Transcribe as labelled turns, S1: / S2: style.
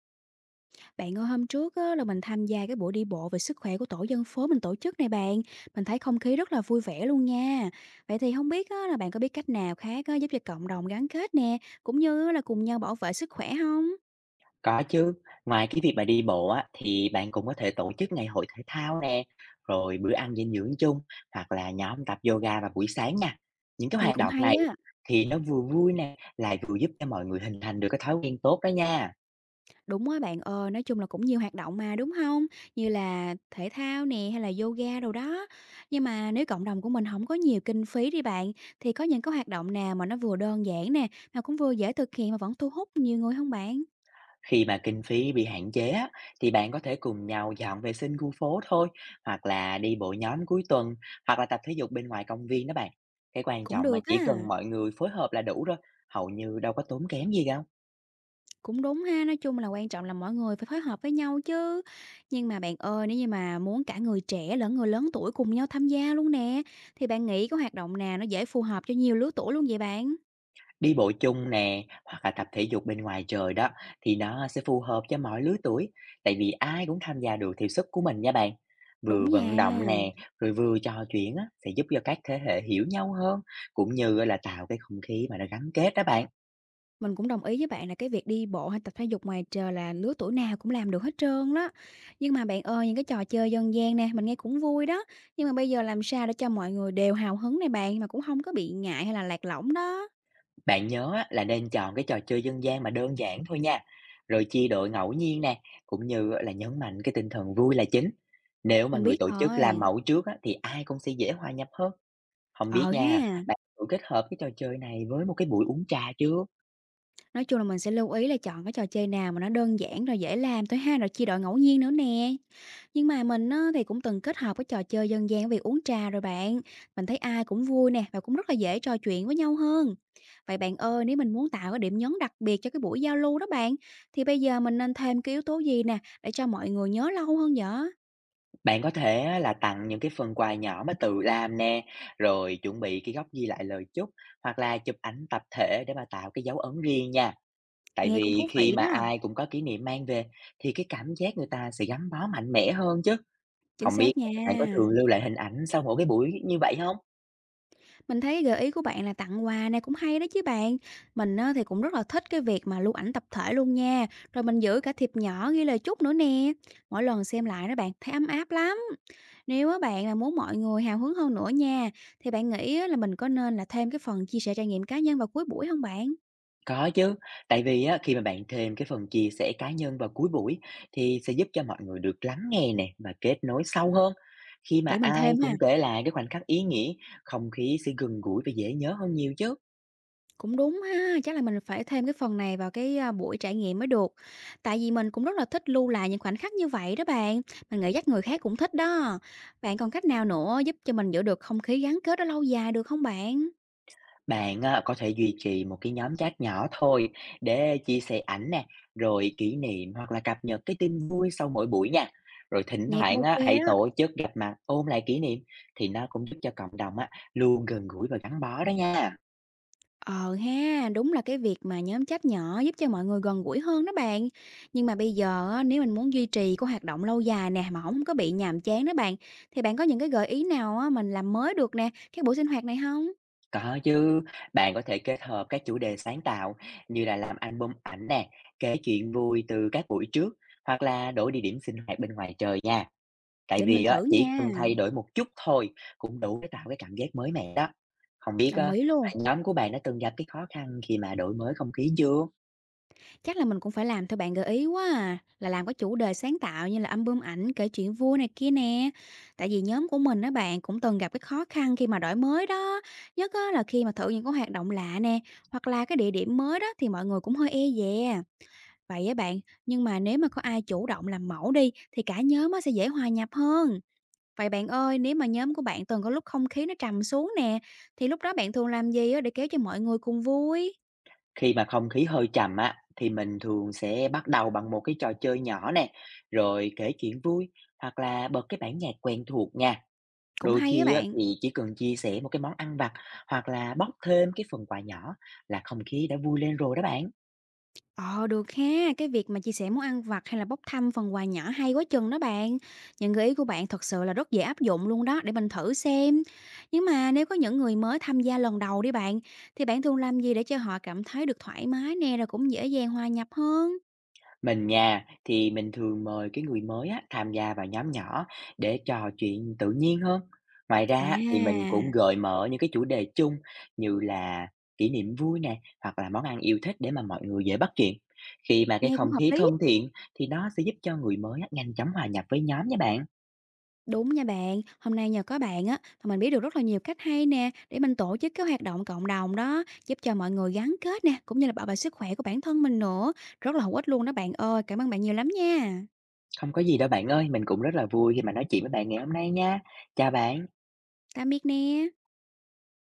S1: Bạn ơi, hôm trước á, là mình tham gia cái buổi đi bộ về sức khỏe của tổ dân phố mình tổ chức này bạn. Mình thấy không khí rất là vui vẻ luôn nha. Vậy thì không biết á, là bạn có biết cách nào khác á, giúp cho cộng đồng gắn kết nè, cũng như là cùng nhau bảo vệ sức khỏe không?
S2: Có chứ, ngoài cái việc mà đi bộ á, thì bạn cũng có thể tổ chức ngày hội thể thao nè, rồi bữa ăn dinh dưỡng chung hoặc là nhóm tập yoga vào buổi sáng nha. Những cái
S1: Nghe
S2: hoạt
S1: cũng
S2: động
S1: hay
S2: này á,
S1: á.
S2: thì nó vừa vui nè, lại vừa giúp cho mọi người hình thành được cái thói quen tốt đó nha.
S1: Đúng á bạn ơi, nói chung là cũng nhiều hoạt động mà đúng không? Như là thể thao nè hay là yoga đồ đó. Nhưng mà nếu cộng đồng của mình không có nhiều kinh phí đi bạn, thì có những cái hoạt động nào mà nó vừa đơn giản nè, mà cũng vừa dễ thực hiện mà vẫn thu hút nhiều người không bạn?
S2: Khi mà kinh phí bị hạn chế á, thì bạn có thể cùng nhau dọn vệ sinh khu phố thôi, hoặc là đi bộ nhóm cuối tuần, hoặc là tập thể dục bên ngoài công viên đó bạn. Cái quan
S1: Cũng
S2: trọng mà
S1: được
S2: chỉ
S1: á.
S2: cần mọi người phối hợp là đủ rồi, hầu như đâu có tốn kém gì đâu.
S1: Cũng đúng ha, nói chung là quan trọng là mọi người phải phối hợp với nhau chứ. Nhưng mà bạn ơi, nếu như mà muốn cả người trẻ lẫn người lớn tuổi cùng nhau tham gia luôn nè, thì bạn nghĩ có hoạt động nào nó dễ phù hợp cho nhiều lứa tuổi luôn vậy bạn?
S2: Đi bộ chung nè, hoặc là tập thể dục bên ngoài trời đó thì nó sẽ phù hợp cho mọi lứa tuổi, tại vì ai cũng tham gia được theo sức của mình nha bạn.
S1: Đúng
S2: Vừa vận
S1: nha,
S2: động nè, rồi vừa trò chuyện á, sẽ giúp cho các thế hệ hiểu nhau hơn, cũng như là tạo cái không khí mà nó gắn kết đó bạn.
S1: mình cũng đồng ý với bạn là cái việc đi bộ hay tập thể dục ngoài trời là lứa tuổi nào cũng làm được hết trơn đó. Nhưng mà bạn ơi, những cái trò chơi dân gian nè, mình nghe cũng vui đó. Nhưng mà bây giờ làm sao để cho mọi người đều hào hứng này bạn mà cũng không có bị ngại hay là lạc lõng đó.
S2: Bạn nhớ á, là nên chọn cái trò chơi dân gian mà đơn giản thôi nha, rồi chia đội ngẫu nhiên nè, cũng như là nhấn mạnh cái tinh thần vui là chính. Nếu mà
S1: Mình
S2: người
S1: biết
S2: tổ chức làm
S1: rồi.
S2: mẫu trước á, thì ai cũng sẽ dễ hòa nhập hơn. Không biết
S1: Ờ
S2: nha,
S1: ha.
S2: bạn thử kết hợp cái trò chơi này với một cái buổi uống trà chưa?
S1: Nói chung là mình sẽ lưu ý là chọn cái trò chơi nào mà nó đơn giản rồi dễ làm thôi ha, rồi chia đội ngẫu nhiên nữa nè. Nhưng mà mình á, thì cũng từng kết hợp cái trò chơi dân gian với việc uống trà rồi bạn. Mình thấy ai cũng vui nè và cũng rất là dễ trò chuyện với nhau hơn. Vậy bạn ơi, nếu mình muốn tạo cái điểm nhấn đặc biệt cho cái buổi giao lưu đó bạn, thì bây giờ mình nên thêm cái yếu tố gì nè để cho mọi người nhớ lâu hơn vậy?
S2: Bạn có thể á là tặng những cái phần quà nhỏ mà tự làm nè, rồi chuẩn bị cái góc ghi lại lời chúc, hoặc là chụp ảnh tập thể để mà tạo cái dấu ấn riêng nha. Tại
S1: Nghe cũng thú
S2: vì khi
S1: vị
S2: mà
S1: đó.
S2: ai cũng có kỷ niệm mang về thì cái cảm giác người ta sẽ gắn bó mạnh mẽ hơn chứ.
S1: Chính
S2: Không biết
S1: xác nha.
S2: bạn có thường lưu lại hình ảnh sau mỗi cái buổi như vậy không?
S1: Mình thấy gợi ý của bạn là tặng quà này cũng hay đó chứ bạn. Mình á, thì cũng rất là thích cái việc mà lưu ảnh tập thể luôn nha. Rồi mình giữ cả thiệp nhỏ ghi lời chúc nữa nè. Mỗi lần xem lại đó bạn, thấy ấm áp lắm. Nếu á bạn là muốn mọi người hào hứng hơn nữa nha, thì bạn nghĩ á là mình có nên là thêm cái phần chia sẻ trải nghiệm cá nhân vào cuối buổi không bạn?
S2: Có chứ, tại vì á, khi mà bạn thêm cái phần chia sẻ cá nhân vào cuối buổi thì sẽ giúp cho mọi người được lắng nghe nè và kết nối sâu hơn. Khi mà
S1: Để mình thêm
S2: ai
S1: ha.
S2: cũng kể lại cái khoảnh khắc ý nghĩa, không khí sẽ gần gũi và dễ nhớ hơn nhiều chứ.
S1: Cũng đúng ha, chắc là mình phải thêm cái phần này vào buổi trải nghiệm mới được. Tại vì mình cũng rất là thích lưu lại những khoảnh khắc như vậy đó bạn, mình nghĩ chắc người khác cũng thích đó. Bạn còn cách nào nữa giúp cho mình giữ được không khí gắn kết đó lâu dài được không bạn?
S2: Bạn à, có thể duy trì một cái nhóm chat nhỏ thôi để chia sẻ ảnh nè, rồi kỷ niệm hoặc là cập nhật cái tin vui sau mỗi buổi nha. Rồi thỉnh
S1: Nghe cũng
S2: thoảng
S1: ok
S2: á, hãy
S1: đó.
S2: tổ chức gặp mặt ôn lại kỷ niệm thì nó cũng giúp cho cộng đồng á, luôn gần gũi và gắn bó đó nha.
S1: Ờ ha, đúng là cái việc mà nhóm chat nhỏ giúp cho mọi người gần gũi hơn đó bạn. Nhưng mà bây giờ á, nếu mình muốn duy trì cái hoạt động lâu dài nè, mà không có bị nhàm chán đó bạn, thì bạn có những cái gợi ý nào á, mình làm mới được nè, cái buổi sinh hoạt này không?
S2: Có chứ, bạn có thể kết hợp các chủ đề sáng tạo như là làm album ảnh nè, kể chuyện vui từ các buổi trước hoặc là đổi địa điểm sinh hoạt bên ngoài trời nha. Tại
S1: Để mình
S2: vì á,
S1: thử
S2: chỉ
S1: nha.
S2: cần thay đổi một chút thôi cũng đủ để tạo cái cảm giác mới mẻ đó. Không biết
S1: Đồng
S2: á,
S1: ý luôn.
S2: nhóm của bạn đã từng gặp cái khó khăn khi mà đổi mới không khí chưa?
S1: Chắc là mình cũng phải làm theo bạn gợi ý quá à, là làm có chủ đề sáng tạo như là album ảnh, kể chuyện vui này kia nè. Tại vì nhóm của mình á bạn cũng từng gặp cái khó khăn khi mà đổi mới đó, nhất á là khi mà thử những cái hoạt động lạ nè, hoặc là cái địa điểm mới đó thì mọi người cũng hơi e dè. Vậy á bạn, nhưng mà nếu mà có ai chủ động làm mẫu đi thì cả nhóm á sẽ dễ hòa nhập hơn. Vậy bạn ơi, nếu mà nhóm của bạn từng có lúc không khí nó trầm xuống nè, thì lúc đó bạn thường làm gì á để kéo cho mọi người cùng vui?
S2: Khi mà không khí hơi trầm á, thì mình thường sẽ bắt đầu bằng một cái trò chơi nhỏ nè, rồi kể chuyện vui hoặc là bật cái bản nhạc quen thuộc nha.
S1: Cũng
S2: Đôi
S1: hay á
S2: khi á,
S1: bạn.
S2: thì chỉ cần chia sẻ một cái món ăn vặt hoặc là bóc thêm cái phần quà nhỏ là không khí đã vui lên rồi đó bạn.
S1: Ờ, được ha, cái việc mà chia sẻ món ăn vặt hay là bốc thăm phần quà nhỏ hay quá chừng đó bạn. Những gợi ý của bạn thật sự là rất dễ áp dụng luôn đó, để mình thử xem. Nhưng mà nếu có những người mới tham gia lần đầu đi bạn, thì bạn thường làm gì để cho họ cảm thấy được thoải mái nè, rồi cũng dễ dàng hòa nhập hơn?
S2: Mình nha, thì mình thường mời cái người mới á, tham gia vào nhóm nhỏ để trò chuyện tự nhiên hơn. Ngoài ra á, thì mình
S1: À,
S2: cũng gợi mở những cái chủ đề chung như là kỷ niệm vui nè hoặc là món ăn yêu thích để mà mọi người dễ bắt chuyện. Khi mà cái
S1: nghe cũng
S2: không
S1: hợp
S2: khí
S1: lý.
S2: thân thiện thì nó sẽ giúp cho người mới á, nhanh chóng hòa nhập với nhóm nha bạn.
S1: Đúng nha bạn, hôm nay nhờ có bạn á mà mình biết được rất là nhiều cách hay nè để mình tổ chức cái hoạt động cộng đồng đó, giúp cho mọi người gắn kết nè, cũng như là bảo vệ sức khỏe của bản thân mình nữa. Rất là hữu ích luôn đó bạn ơi, cảm ơn bạn nhiều lắm nha.
S2: Không có gì đâu bạn ơi, mình cũng rất là vui khi mà nói chuyện với bạn ngày hôm nay nha. Chào bạn.
S1: Tạm biệt nè.